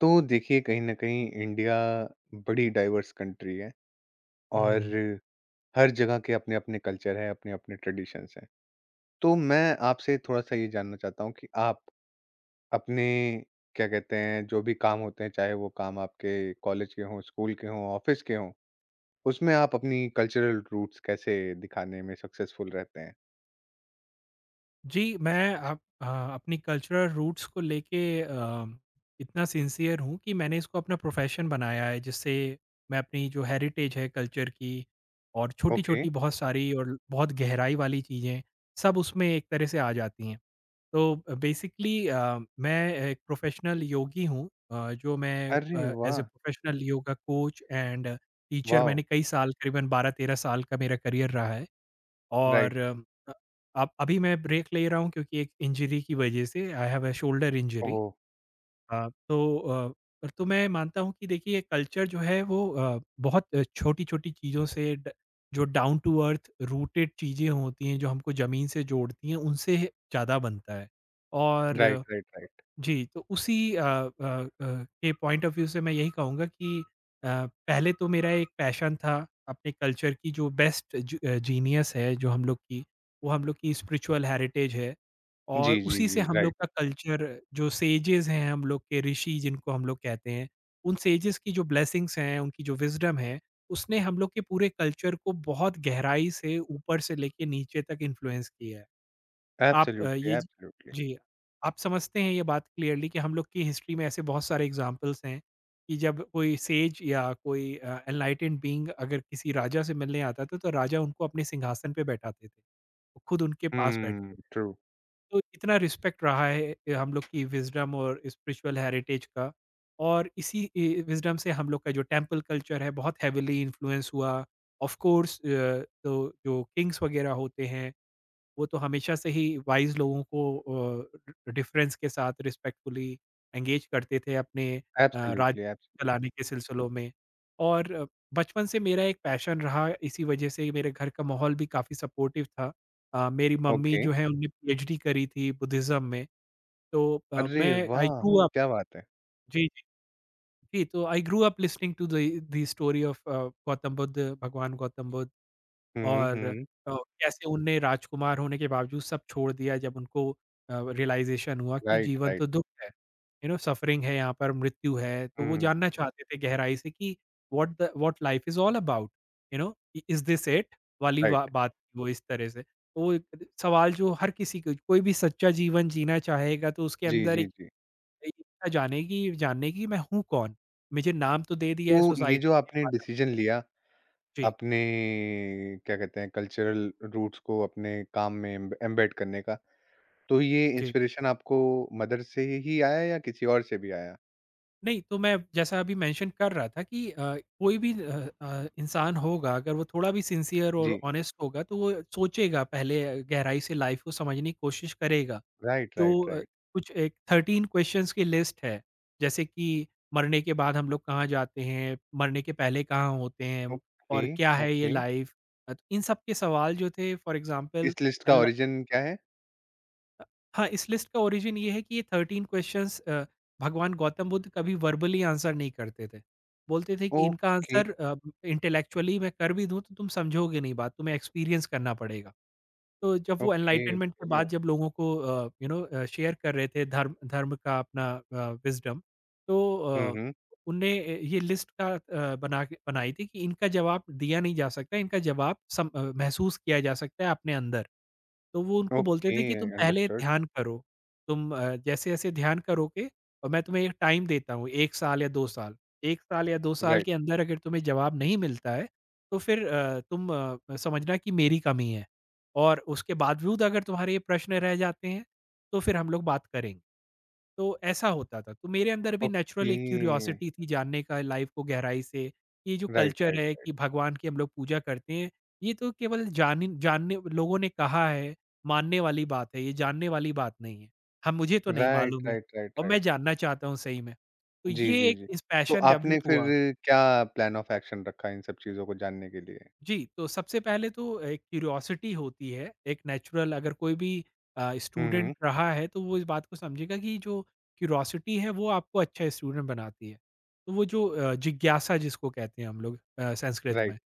तो देखिए, कहीं न कहीं इंडिया बड़ी डाइवर्स कंट्री है और हुँ। हर जगह के अपने-अपने कल्चर हैं, अपने-अपने ट्रेडिशंस हैं। तो मैं आपसे थोड़ा-सा ये जानना चाहता हूँ कि आप अपने, क्या कहते हैं, जो भी काम होते हैं, चाहे वो काम आपके कॉलेज के हों, स्कूल के हों, ऑफिस के हों, उसमें आप अपनी कल्चरल रूट्स कैसे दिखाने में सक्सेसफुल रहते हैं? जी, मैं अपनी कल्चरल रूट्स को लेके इतना सिंसियर हूँ कि मैंने इसको अपना प्रोफ़ेशन बनाया है, जिससे मैं अपनी जो हेरिटेज है कल्चर की और ओके। छोटी-छोटी बहुत सारी और बहुत गहराई वाली चीज़ें, सब उसमें एक तरह से आ जाती हैं। तो बेसिकली मैं एक प्रोफ़ेशनल योगी हूँ, जो मैं अरे एज़ अ वाह! Professional yoga coach and teacher wow! मैंने कई साल, करीबन 12-13 साल का मेरा करियर रहा है। और राइट। अब अभी मैं ब्रेक ले रहा हूँ क्योंकि एक इंजरी की वजह से I have a shoulder injury. Oh! हाँ। तो मैं मानता हूँ कि देखिए कल्चर जो है वो बहुत छोटी-छोटी चीज़ों से ड जो डाउन टू अर्थ रूटेड चीज़ें होती हैं, जो हमको ज़मीन से जोड़ती हैं, उनसे ज़्यादा बनता है। राइट, और राइट, राइट। जी, तो उसी के पॉइंट ऑफ व्यू से मैं यही कहूँगा कि अ, पहले तो मेरा एक पैशन था अपने कल्चर की जो जीनियस है जो हम लोग की, वो हम लोग की स्पिरिचुअल हेरिटेज है और जी, जी, उसी से जी, हम लोग राइट। का कल्चर जो सेजेस हैं हम लोग के ऋषि जिनको हम लोग कहते हैं, उन सेजेस की जो ब्लेसिंग्स हैं, उनकी जो विज़डम है, उसने हम लोग के पूरे कल्चर को बहुत गहराई से ऊपर से लेके नीचे तक इन्फ्लुएंस किया है। आप अ, एब्सोल्युटली, ये ज एब्सोल्युटली। जी, आप समझते हैं ये बात क्लियरली कि हम लोग की हिस्ट्री में ऐसे बहुत सारे एग्ज़ाम्पल्स हैं, कि जब कोई सेज या कोई एनलाइटेंड बीइंग अगर किसी राजा से मिलने आता था, तो राजा उनको अपने सिंहासन पे बैठाते थे। वो खुद उनके पास हुँ, बैठते थे। ट्रू। तो इतना रिस्पेक्ट रहा है हम लोग की विज़डम और स्पिरिचुअल हेरिटेज का और इसी ए विज़डम से हम लोग का जो टेंपल कल्चर है, बहुत हेवीली इन्फ्लुएंस हुआ। ऑफ कोर्स तो जो किंग्स वगैरह होते हैं वो तो हमेशा से ही वाइज़ लोगों को डि डिफ़रेंस के साथ रिस्पेक्टफुली एंगेज करते थे अपने राज्य एब्सोल्युटली, चलाने एब्सोल्युटली। के सिलसिलों में। और बचपन से मेरा एक पैशन रहा, इसी वजह से मेरे घर का माहौल भी काफ़ी सपोर्टिव था। मेरी मम्मी ओके। जो है उन्होंने पीएचडी करी थी बुद्धिज़्म में, तो अरे मैं आई वाह! Grew up. क्या बात है। जी, जी। जी, तो I grew up listening to the the story of Gautam Buddha, भगवान गौतम बुद्ध। हुँ, हुँ, और अ, हुँ। कैसे उनने राजकुमार होने के बावजूद सब छोड़ दिया जब उनको रियलाइज़ेशन हुआ कि राइट, जीवन तो राइट। दुःख है, यू नो सफ़रिंग है यहाँ पर, मृत्यु है। तो वो हुँ, जानना चाहते थे गहराई से कि what life is all about, you know इ इज़ दिस इट? वाली वा राइट। बात थी वो इस तरह से। तो वो एक सवाल जो हर किसी को कोई भी सच्चा जीवन जीना चाहेगा तो उसके जी, अंदर जी, एक जी। एक इच्छा जानेगी जानने की, मैं हूँ कौन? मुझे नाम तो दे दिया है तो ये सोसाइटी जो ने आपने माता डिसीजन लिया जी, अपने, क्या कहते हैं, कल्चरल रूट्स को अपने काम में एम एम्बेड करने का, तो ये जी। इंस्पिरेशन आपको मदर से ही आया या किसी और से भी आया? नहीं, तो मैं जैसा अभी मेंशन कर रहा था कि कोई भी इंसान होगा अगर वो थोड़ा भी सिंसियर और जी। ऑनेस्ट होगा तो वो सोचेगा, पहले गहराई से लाइफ़ को समझने की कोशिश करेगा। राइट, जो राइट, राइट। कुछ एक 13 क्वेश्चंस की लिस्ट है, जैसे कि मरने के बाद हम लोग कहाँ जाते हैं? मरने के पहले कहाँ होते हैं? ओके, और क्या है ये ओके। लाइफ़? तो इन सब के सवाल जो थे फॉर एग्ज़ाम्पल इस लिस्ट का एल ओरिजिन क्या है? हाँ, इस लिस्ट का ओरिजिन ये है कि ये 13 क्वेश्चंस भगवान गौतम बुद्ध कभी वर्बली आंसर नहीं करते थे। बोलते थे कि इनका ओके, आंसर इंटेलेक्चुअली मैं कर भी दूँ तो तुम समझोगे नहीं बात, तुम्हें एक्सपीरियंस करना पड़ेगा। तो जब वो ओके, एनलाइटनमेंट के ओके। बाद जब लोगों को शेयर कर रहे थे धर्म, का अपना विजडम, तो हुँ, हुँ। उनने ये लिस्ट बनाई थी कि इनका जवाब दिया नहीं जा सकता, इनका जवाब महसूस किया जा सकता है अपने अंदर। तो वो उनको बोलते ओके, थे कि तुम पहले अंडरस्टूड। ध्यान करो। तुम जैसे जैसे ध्यान करोगे और मैं तुम्हें एक टाइम देता हूँ, एक साल या दो साल। एक साल या दो साल के राइट। अंदर अगर तुम्हें जवाब नहीं मिलता है तो फिर तुम समझना कि मेरी कमी है, और उसके बावजूद अगर तुम्हारे ये प्रश्न रह जाते हैं, तो फिर हम लोग बात करेंगे। तो ऐसा होता था। तो मेरे अंदर भी नेचुरल ओके, एक क्यूरियोसिटी थी जानने का लाइफ़ को गहराई से। कि ये जो राइट, कल्चर राइट, है राइट, कि भगवान की हम लोग पूजा करते हैं, ये तो केवल जानी जानने लोगों ने कहा है, मानने वाली बात है, ये जानने वाली बात नहीं है। हम मुझे तो नहीं राइट, मालूम है राइट, राइट, और मैं राइट। जानना चाहता हूँ सही में। तो जी, ये जी, एक जी। इस तो पैशन आपने डेवलप फिर हुआ। क्या प्लान ऑफ एक्शन रखा इन सब चीजों को जानने के लिए? जी, तो सबसे पहले तो एक क्यूरियोसिटी होती है, एक नेचुरल, अगर कोई भी हम्म, स्टूडेंट हम्म। रहा है तो वो इस बात को समझेगा कि जो क्यूरियोसिटी है वो आपको अच्छा स्टूडेंट बनाती है। तो वो जो जिज्ञासा जिसको कहते हैं हम लोग संस्कृत राइट। में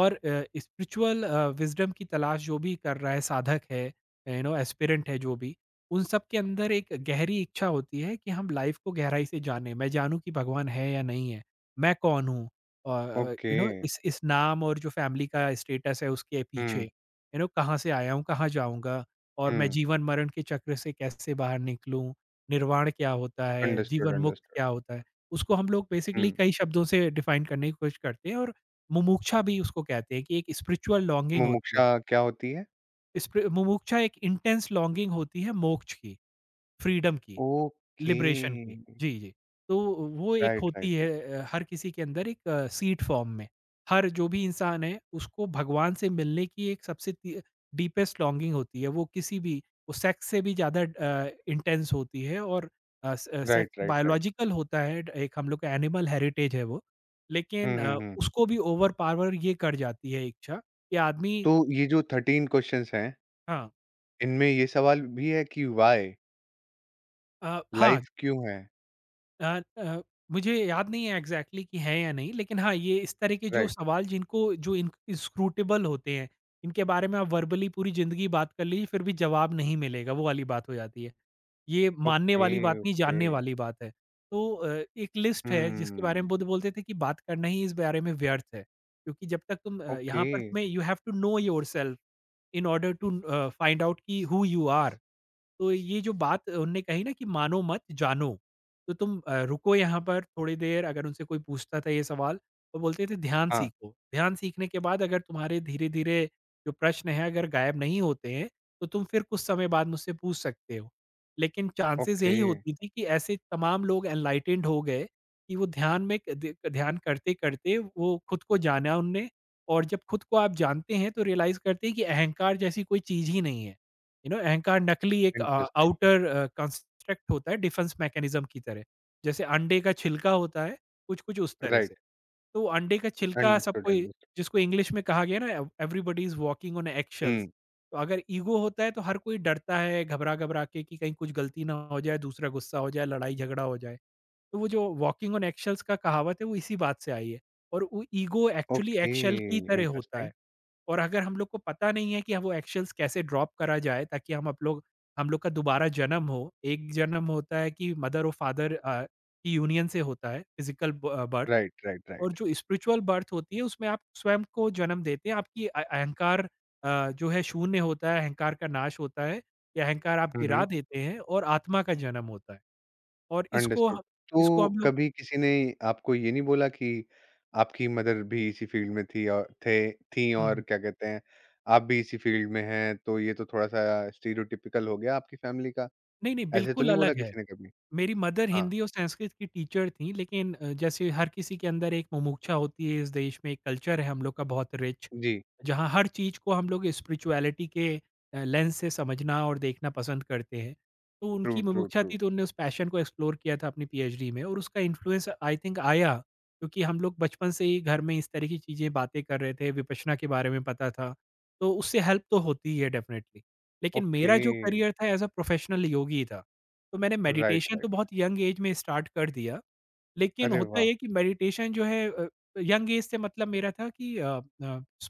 और स्पिरिचुअल विज़डम की तलाश जो भी कर रहा है साधक है, यू नो एस्पिरेंट है जो भी, उन सब के अंदर एक गहरी इच्छा होती है कि हम लाइफ़ को गहराई से जानें, मैं जानूँ कि भगवान है या नहीं है? मैं कौन हूँ? ओके। यू नो इस नाम और जो फैमिली का स्टेटस है उसके पीछे, हम्म, यू नो कहाँ से आया हूँ, कहाँ जाऊँगा, और मैं हम्म। जीवन-मरण के चक्र से कैसे बाहर निकलूँ, निर्वाण क्या होता है, अंडरस्टूड, जीवन मुक्त अंडरस्टूड। क्या होता है? उसको हम लोग बेसिकली हम्म। कई शब्दों से डिफाइन करने की कोशिश करते हैं और मुमुक्षा भी उसको कहते हैं कि एक स्पिरिचुअल लॉन्गिंग होती है। मुमुक्षा क्या होती है? स्पि मुमुक्षा एक इंटेंस लॉन्गिंग होती है मोक्ष की, फ्रीडम की, ओके। लिबरेशन की। जी, जी। तो वो एक राइट, राइट, होती है हर किसी के अंदर एक सीड फॉर्म में। हर जो भी इंसान है उसको भगवान से मिलने की एक सबसे ती डीपेस्ट लॉन्गिंग होती है। वो सेक्स से भी ज़्यादा इंटेंस होती है और अ, स sex right, right, right. Biological होता है, एक हम लोग का एनिमल हेरिटेज है वो। लेकिन हम्म, हम्म, उसको भी ओवर पावर ये कर जाती है इच्छा कि आदमी। तो ये जो 13 क्वेश्चंस हैं, हाँ। इनमें ये सवाल भी है कि वाई, हाँ। लाइफ क्यों है? अ अ, मुझे याद नहीं है एग्जैक्टली exactly कि है या नहीं, लेकिन हाँ, ये इस तरह के जो राइट। सवाल जिनको जो इन इंस्क्रूटेबल होते हैं, इनके बारे में आप वर्बली पूरी ज़िंदगी बात कर लीजिए फिर भी जवाब नहीं मिलेगा, वो वाली बात हो जाती है। ये मानने ओके। वाली बात नहीं, ओके। जानने वाली बात है। तो एक लिस्ट है जिसके बारे में हम्म। बुद्ध बोलते थे कि बात करना ही इस बारे में व्यर्थ है, क्योंकि जब तक तुम यहाँ ओके। पर तुम्हें you have to know yourself in order to find out कि हू यू आर। तो ये जो बात उनने कही ना कि मानो मत, जानो, तो तुम रुको यहाँ पर थोड़ी देर। अगर उनसे कोई पूछता था ये सवाल, वो बोलते थे ध्यान हाँ, सीखो। ध्यान सीखने के बाद अगर तुम्हारे धीरे-धीरे जो प्रश्न हैं अगर गायब नहीं होते हैं, तो तुम फिर कुछ समय बाद मुझसे पूछ सकते हो। लेकिन चांसेज़ ओके। यही होती थी कि ऐसे तमाम लोग एनलाइटेंड हो गए कि वो ध्यान में क ध ध्यान करते-करते वो खुद को जाना उनने, और जब खुद को आप जानते हैं तो रियलाइज़ करते हैं कि अहंकार जैसी कोई चीज़ ही नहीं है। यू नो अहंकार नकली एक इंटरेस्टिंग। आउटर कंस्ट्रक्ट होता है, डिफेंस मैकेनिज्म की तरह। जैसे अंडे का छिलका होता है, कुछ-कुछ उस तरह से। राइट। तो अंडे का छिलका अंडरस्टूड, अंडरस्टूड। जिसको इंग्लिश में कहा गया ना, everybody is walking on eggshells. हम्म। तो अगर ईगो होता है तो हर कोई डरता है घबरा-घबरा के कि कहीं कुछ गलती ना हो जाए, दूसरा गुस्सा हो जाए, लड़ाई झगड़ा हो जाए। तो वो जो वॉकिंग ऑन एक्शेल्स का कहावत है वो इसी बात से आई है। और वो ईगो एक्चुअली ओके। एक्शेल की तरह होता इंटरेस्टिंग। है। और अगर हम लोग को पता नहीं है कि वो एक्शंस कैसे ड्रॉप करा जाए ताकि हम लोग का दोबारा जन्म हो। एक जन्म होता है कि मदर और फादर की यूनियन से होता है फिज़िकल बर्थ, राइट, राइट, और राइट। जो स्पिरिचुअल बर्थ होती है उसमें आप स्वयं को जन्म देते हैं। आपकी अहंकार जो है शून्य होता है, अहंकार का नाश होता है या अहंकार आप गिरा हम्म। देते हैं और आत्मा का जन्म होता है। और अंडरस्टूड। तो इसको हम लोग। कभी किसी ने आपको ये नहीं बोला कि आपकी मदर भी इसी फील्ड में थी हुँ, और, हुँ। क्या कहते हैं, आप भी इसी फील्ड में हैं तो ये तो थोड़ा सा स्टीरियोटिपिकल हो गया आपकी फैमिली का? नहीं, नहीं ऐसे तो बिल्कुल नहीं बोला अलग है। किसी ने कभी? मेरी मदर हाँ। हिंदी और संस्कृत की टीचर थी, लेकिन जैसे हर किसी के अंदर एक मुमुक्षा होती है इस देश में, एक कल्चर है हम लोग का बहुत रिच, जी। जहाँ हर चीज़ को हम लोग स्पिरिचुअलिटी के लेंस से समझना और देखना पसंद करते हैं। तो ट्रू, उनकी ट्रू, मुमुक्षा ट्रू। थी तो उन्होंने उस पैशन को एक्सप्लोर किया था अपनी पीएचडी में और उसका इन्फ्लुएंस आई थिंक आया क्योंकि हम लोग बचपन से ही घर में इस तरह की चीज़ें बातें कर रहे थे, विपश्यना के बारे में पता था। तो उससे हेल्प तो होती ही है डेफ़िनेटली। लेकिन ओके। मेरा जो करियर था एज़ अ प्रोफ़ेशनल योगी था। तो मैंने राइट, मेडिटेशन तो राइट। बहुत यंग एज में स्टार्ट कर दिया। लेकिन अरे होता ये वाह! है कि मेडिटेशन जो है। यंग एज से मतलब मेरा था कि अ,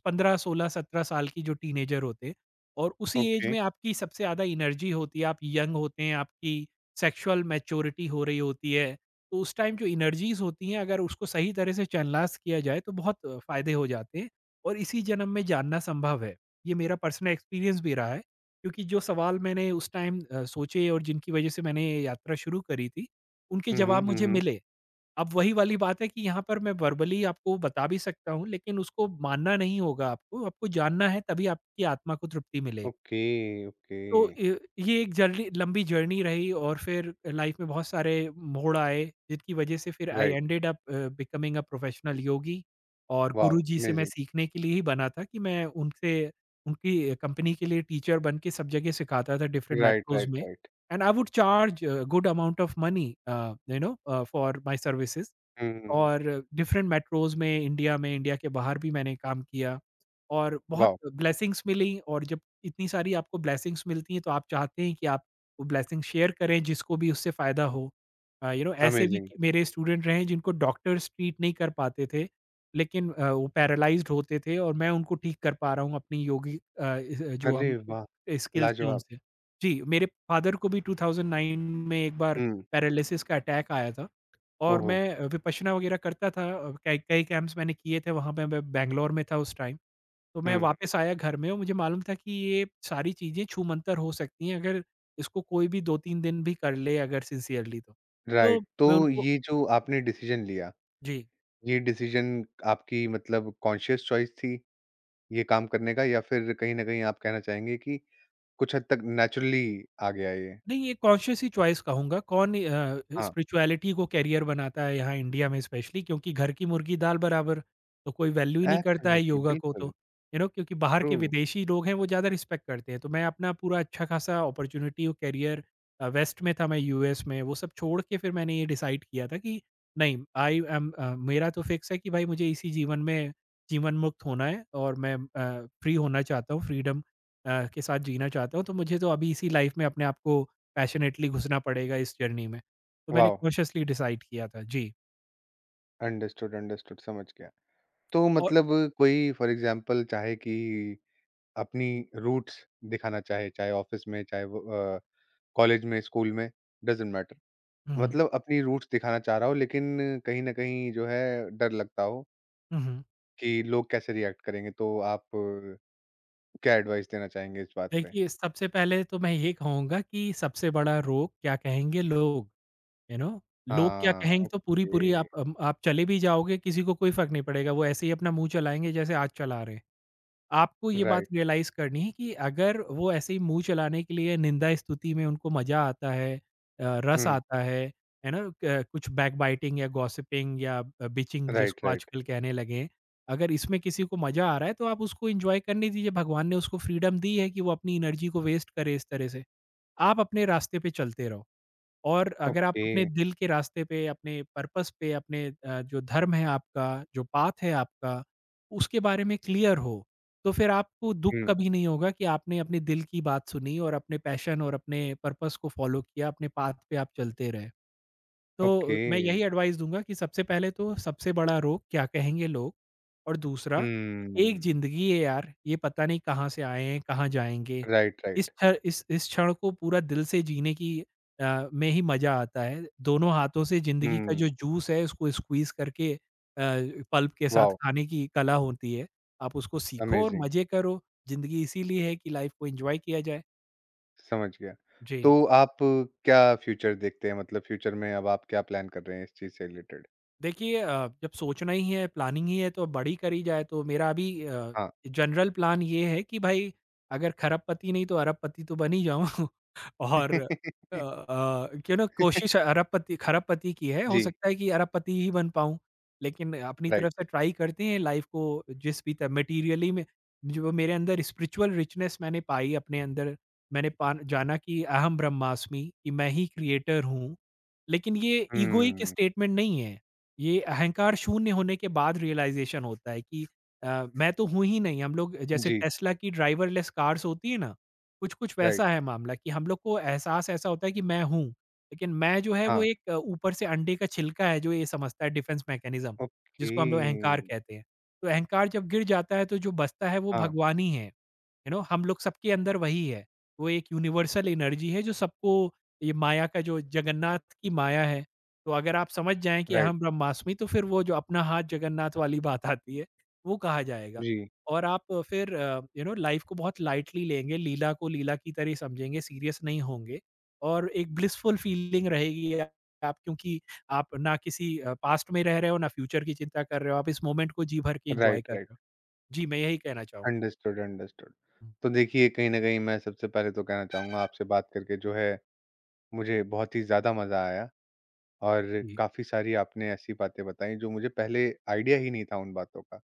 15, 16, 17 साल की जो टीनेजर होते और उसी एज ओके। में आपकी सबसे ज़्यादा एनर्जी होती है, आप यंग होते हैं, आपकी सेक्सुअल मैच्योरिटी हो रही होती है। तो उस टाइम जो एनर्जीज़ होती हैं अगर उसको सही तरह से चैनलाइज़ किया जाए तो बहुत फ़ायदे हो जाते हैं और इसी जन्म में जानना संभव है। ये मेरा पर्सनल एक्सपीरियंस भी रहा है क्योंकि जो सवाल मैंने उस टाइम सोचे और जिनकी वजह से मैंने ये यात्रा शुरू करी थी, उनके हम्म, हम्म, जवाब हम्म, मुझे मिले। अब वही वाली बात है कि यहाँ पर मैं वर्बली आपको बता भी सकता हूँ, लेकिन उसको मानना नहीं होगा आपको, आपको जानना है तभी आपकी आत्मा को तृप्ति मिलेगी। Okay, okay. तो ये एक जर्नी लंबी जर्नी रही और फिर लाइफ में बहुत सारे मोड़ आए, जिनकी वजह से फिर I right. Ended up becoming a professional yogi और वाव! गुरुजी से मैं अमेजिंग! सीखने के लिए ही बना था कि मैं उनसे उनकी कंपनी के लिए टीचर बन के सब जगह सिखाता था डिफरेंट राइट, मेट्रोज़ राइट, में right. And I would charge good amount of money you know for my services. हुँ, हुँ, हुँ। और डिफरेंट मेट्रोज़ में, इंडिया के बाहर भी मैंने काम किया और बहुत वाव! ब्लेसिंग्स मिली और जब इतनी सारी आपको ब्लेसिंग्स मिलती हैं, तो आप चाहते हैं कि आप वो ब्लेसिंग शेयर करें जिसको भी उससे फ़ायदा हो। यू नो ऐसे भी अमेजिंग! मेरे स्टूडेंट रहे हैं जिनको डॉक्टर्स ट्रीट नहीं कर पाते थे, लेकिन वो पैरालाइज़्ड होते थे और मैं उनको ठीक कर पा रहा हूँ अपनी योगी अ, इ जो अरे हम वाह! स्किल्स हैं लाजवाब! उनसे। जी, मेरे फादर को भी 2009 में एक बार हुँ। पैरालिसिस का अटैक आया था। और ओहो! मैं विपश्यना वगैरह करता था कई कई कैंप्स मैंने किए थे वहाँ पे मैं बैंगलोर में था उस टाइम। तो मैं हुँ, हुँ। वापस आया घर में और मुझे मालूम था कि ये सारी चीज़ें छूमंतर हो सकती हैं अगर इसको कोई भी 2-3 दिन भी कर ले अगर सिंसियरली तो। तो राइट। तो मैं उनको ये जो आपने डिसीजन लिया, जी। ये डिसीजन आपकी मतलब कॉन्शियस चॉइस थी, ये काम करने का, या फिर कहीं न कहीं आप कहना चाहेंगे कि कुछ हद तक नेचुरली आ गया ये? नहीं, ये कॉन्शियस ही चॉइस कहूँगा, कौन हाँ, स्पिरिचुअलिटी को करियर बनाता है यहाँ इंडिया में स्पेशली क्योंकि घर की मुर्गी दाल बराबर, तो कोई वैल्यू ही नहीं करता है एब्सोल्युटली, योगा को तो, बिल्कुल। यू नो क्योंकि बाहर ट्रू। के विदेशी लोग हैं वो ज़्यादा रिस्पेक्ट करते हैं। तो मैं अपना पूरा अच्छा खासा अपॉर्च्युनिटी और करियर वेस्ट में था, मैं यूएस में, वो सब छोड़ के फिर मैंने ये डिसाइड किया था कि नहीं आई एम मेरा तो फिक्स है कि भाई मुझे इसी जीवन में जीवन मुक्त होना है और मैं फ्री होना चाहता हूँ, फ्रीडम के साथ जीना चाहता हूँ। तो मुझे तो अभी इसी लाइफ में अपने आप को पैशनेटली घुसना पड़ेगा इस जर्नी में। तो मैंने वाव! कॉन्शियसली डिसाइड किया था। जी, अंडरस्टूड, अंडरस्टूड, समझ गया। तो और मतलब कोई फॉर एग्ज़ाम्पल चाहे कि अपनी रूट्स दिखाना चाहे, चाहे ऑफ़िस में, चाहे वो अ, कॉलेज में, स्कूल में, डज़न्ट मैटर। हुँ, हुँ। मतलब अपनी रूट्स दिखाना चाह रहा हो लेकिन कहीं न कहीं जो है डर लगता हो हुँ, हुँ। कि लोग कैसे रिएक्ट करेंगे, तो आप, क्या एडवाइस देना चाहेंगे इस बात पे? देखिए, सबसे पहले तो मैं ये कहूँगा कि सबसे बड़ा रोग क्या कहेंगे लोग, यू नो? लोग क्या हाँ, कहेंगे तो पूरी-पूरी ओके। आप आप चले भी जाओगे, किसी को कोई फ़र्क नहीं पड़ेगा। वो ऐसे ही अपना मुँह चलाएँगे जैसे आज चला रहे हैं। आपको ये बात राइट। रियलाइज़ करनी है कि अगर वो ऐसे ही मुँह चलाने के लिए निंदा स्तुति में उनको मज़ा आता है रस हुँ। आता है ना? क कुछ बैकबाइटिंग या गॉसिपिंग या बिचिंग राइट, जिसको राइट। आजकल कहने लगे हैं। अगर इसमें किसी को मज़ा आ रहा है तो आप उसको एन्जॉय करने दीजिए, भगवान ने उसको फ्रीडम दी है कि वो अपनी एनर्जी को वेस्ट करे इस तरह से। आप अपने रास्ते पे चलते रहो। और अगर आप ओके। अपने दिल के रास्ते पे, अपने पर्पस पे, अपने जो धर्म है आपका, जो पाथ है आपका, उसके बारे में क्लियर हो, तो फिर आपको दुःख हुँ। कभी नहीं होगा कि आपने अपने दिल की बात सुनी और अपने पैशन और अपने पर्पस को फ़ॉलो किया, अपने पाथ पे आप चलते रहे। तो ओके। मैं यही एडवाइस दूँगा कि सबसे पहले तो सबसे बड़ा रोग क्या कहेंगे लोग और दूसरा एक हुँ। ज़िंदगी है यार, ये पता नहीं कहाँ से आए हैं, कहाँ जाएँगे। राइट, इस राइट। क्ष इस इस क्षण को पूरा दिल से जीने की में ही मज़ा आता है। दोनों हाथों से ज़िंदगी का जो हुँ। जूस है उसको स्क्वीज़ करके पल्प के साथ वॉव! खाने की कला होती है। आप उसको सीखो और अमेज़िंग। मज़े करो। ज़िंदगी इसीलिए है कि लाइफ़ को एन्जॉय किया जाए। समझ गया। तो जी। आप क्या फ्यूचर देखते हैं? मतलब फ्यूचर में अब आप क्या प्लान कर रहे हैं इस चीज़ से रिलेटेड? देखिए जब सोचना ही है, प्लानिंग ही है तो बड़ी करी जाए तो मेरा अभी हाँ। जनरल प्लान ये है कि भाई अगर खरबपति नहीं तो अरबपति तो बन ही जाऊँ और क्यों ना कोशिश अरबपति खरबपति की है, हो जी। सकता है कि अरबपति ही बन पाऊँ। लेकिन अपनी राइट। तरफ से ट्राई करते हैं लाइफ़ को जिस भी तरह मटेरियली में जो मेरे अंदर स्पिरिचुअल रिचनेस मैंने पाई अपने अंदर, मैंने पान जाना कि अहम ब्रह्मास्मि कि मैं ही क्रिएटर हूँ। लेकिन ये ईगोइक हुँ। स्टेटमेंट नहीं है। ये अहंकार शून्य होने के बाद रियलाइज़ेशन होता है कि मैं तो हूँ ही नहीं। हम लोग जैसे जी। टेस्ला की ड्राइवरलेस कार्स होती है ना, कुछ-कुछ वैसा राइट। है मामला कि हम लोग को एहसास ऐसा होता है कि मैं हूँ, लेकिन मैं जो है वो हाँ, एक ऊपर से अंडे का छिलका है जो ये समझता है डिफेंस मैकेनिज़्म, ओके। जिसको हम लोग अहंकार कहते हैं। तो अहंकार जब गिर जाता है तो जो बचता है वो हाँ। भगवान ही है। यू नो हम लोग सबके अंदर वही है, वो एक यूनिवर्सल एनर्जी है जो सबको ये माया का जो जगन्नाथ की माया है, तो अगर आप समझ जाएं कि राइट। अहम ब्रह्मास्मि तो फिर वो जो अपना हाथ जगन्नाथ वाली बात आती है वो कहा जाएगा। जी। और आप फिर यू नो लाइफ को बहुत लाइटली लेंगे, लीला को लीला की तरह समझेंगे, सीरियस नहीं होंगे और एक ब्लिसफुल फीलिंग रहेगी। आप क्योंकि आप ना किसी पास्ट में रह रहे हो ना फ्यूचर की चिंता कर रहे हो, आप इस मोमेंट को जी भर के एंजॉय राइट, कर राइट। रहे हो। जी मैं यही कहना चाहूंगा। Understood, understood. हम्म, तो देखिए, कहीं न कहीं मैं सबसे पहले तो कहना चाहूँगा, आपसे बात करके जो है, मुझे बहुत ही ज़्यादा मज़ा आया और जी। काफ़ी सारी आपने ऐसी बातें बताई जो मुझे पहले आइडिया ही नहीं था उन बातों का।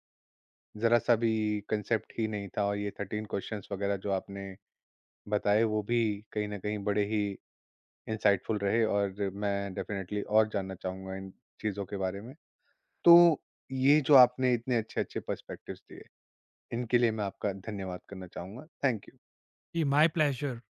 जरा सा भी कंसेप्ट ही नहीं था, और ये 13 क्वेश्चंस वगैरह जो आपने बताए वो भी कहीं ना कहीं बड़े ही इंसाइटफुल रहे, और मैं डेफिनेटली और जानना चाहूंगा इन चीजों के बारे में। तो ये जो आपने इतने अच्छे अच्छे पर्सपेक्टिव्स दिए, इनके लिए मैं आपका धन्यवाद करना चाहूंगा। Thank you. Yeah, my pleasure।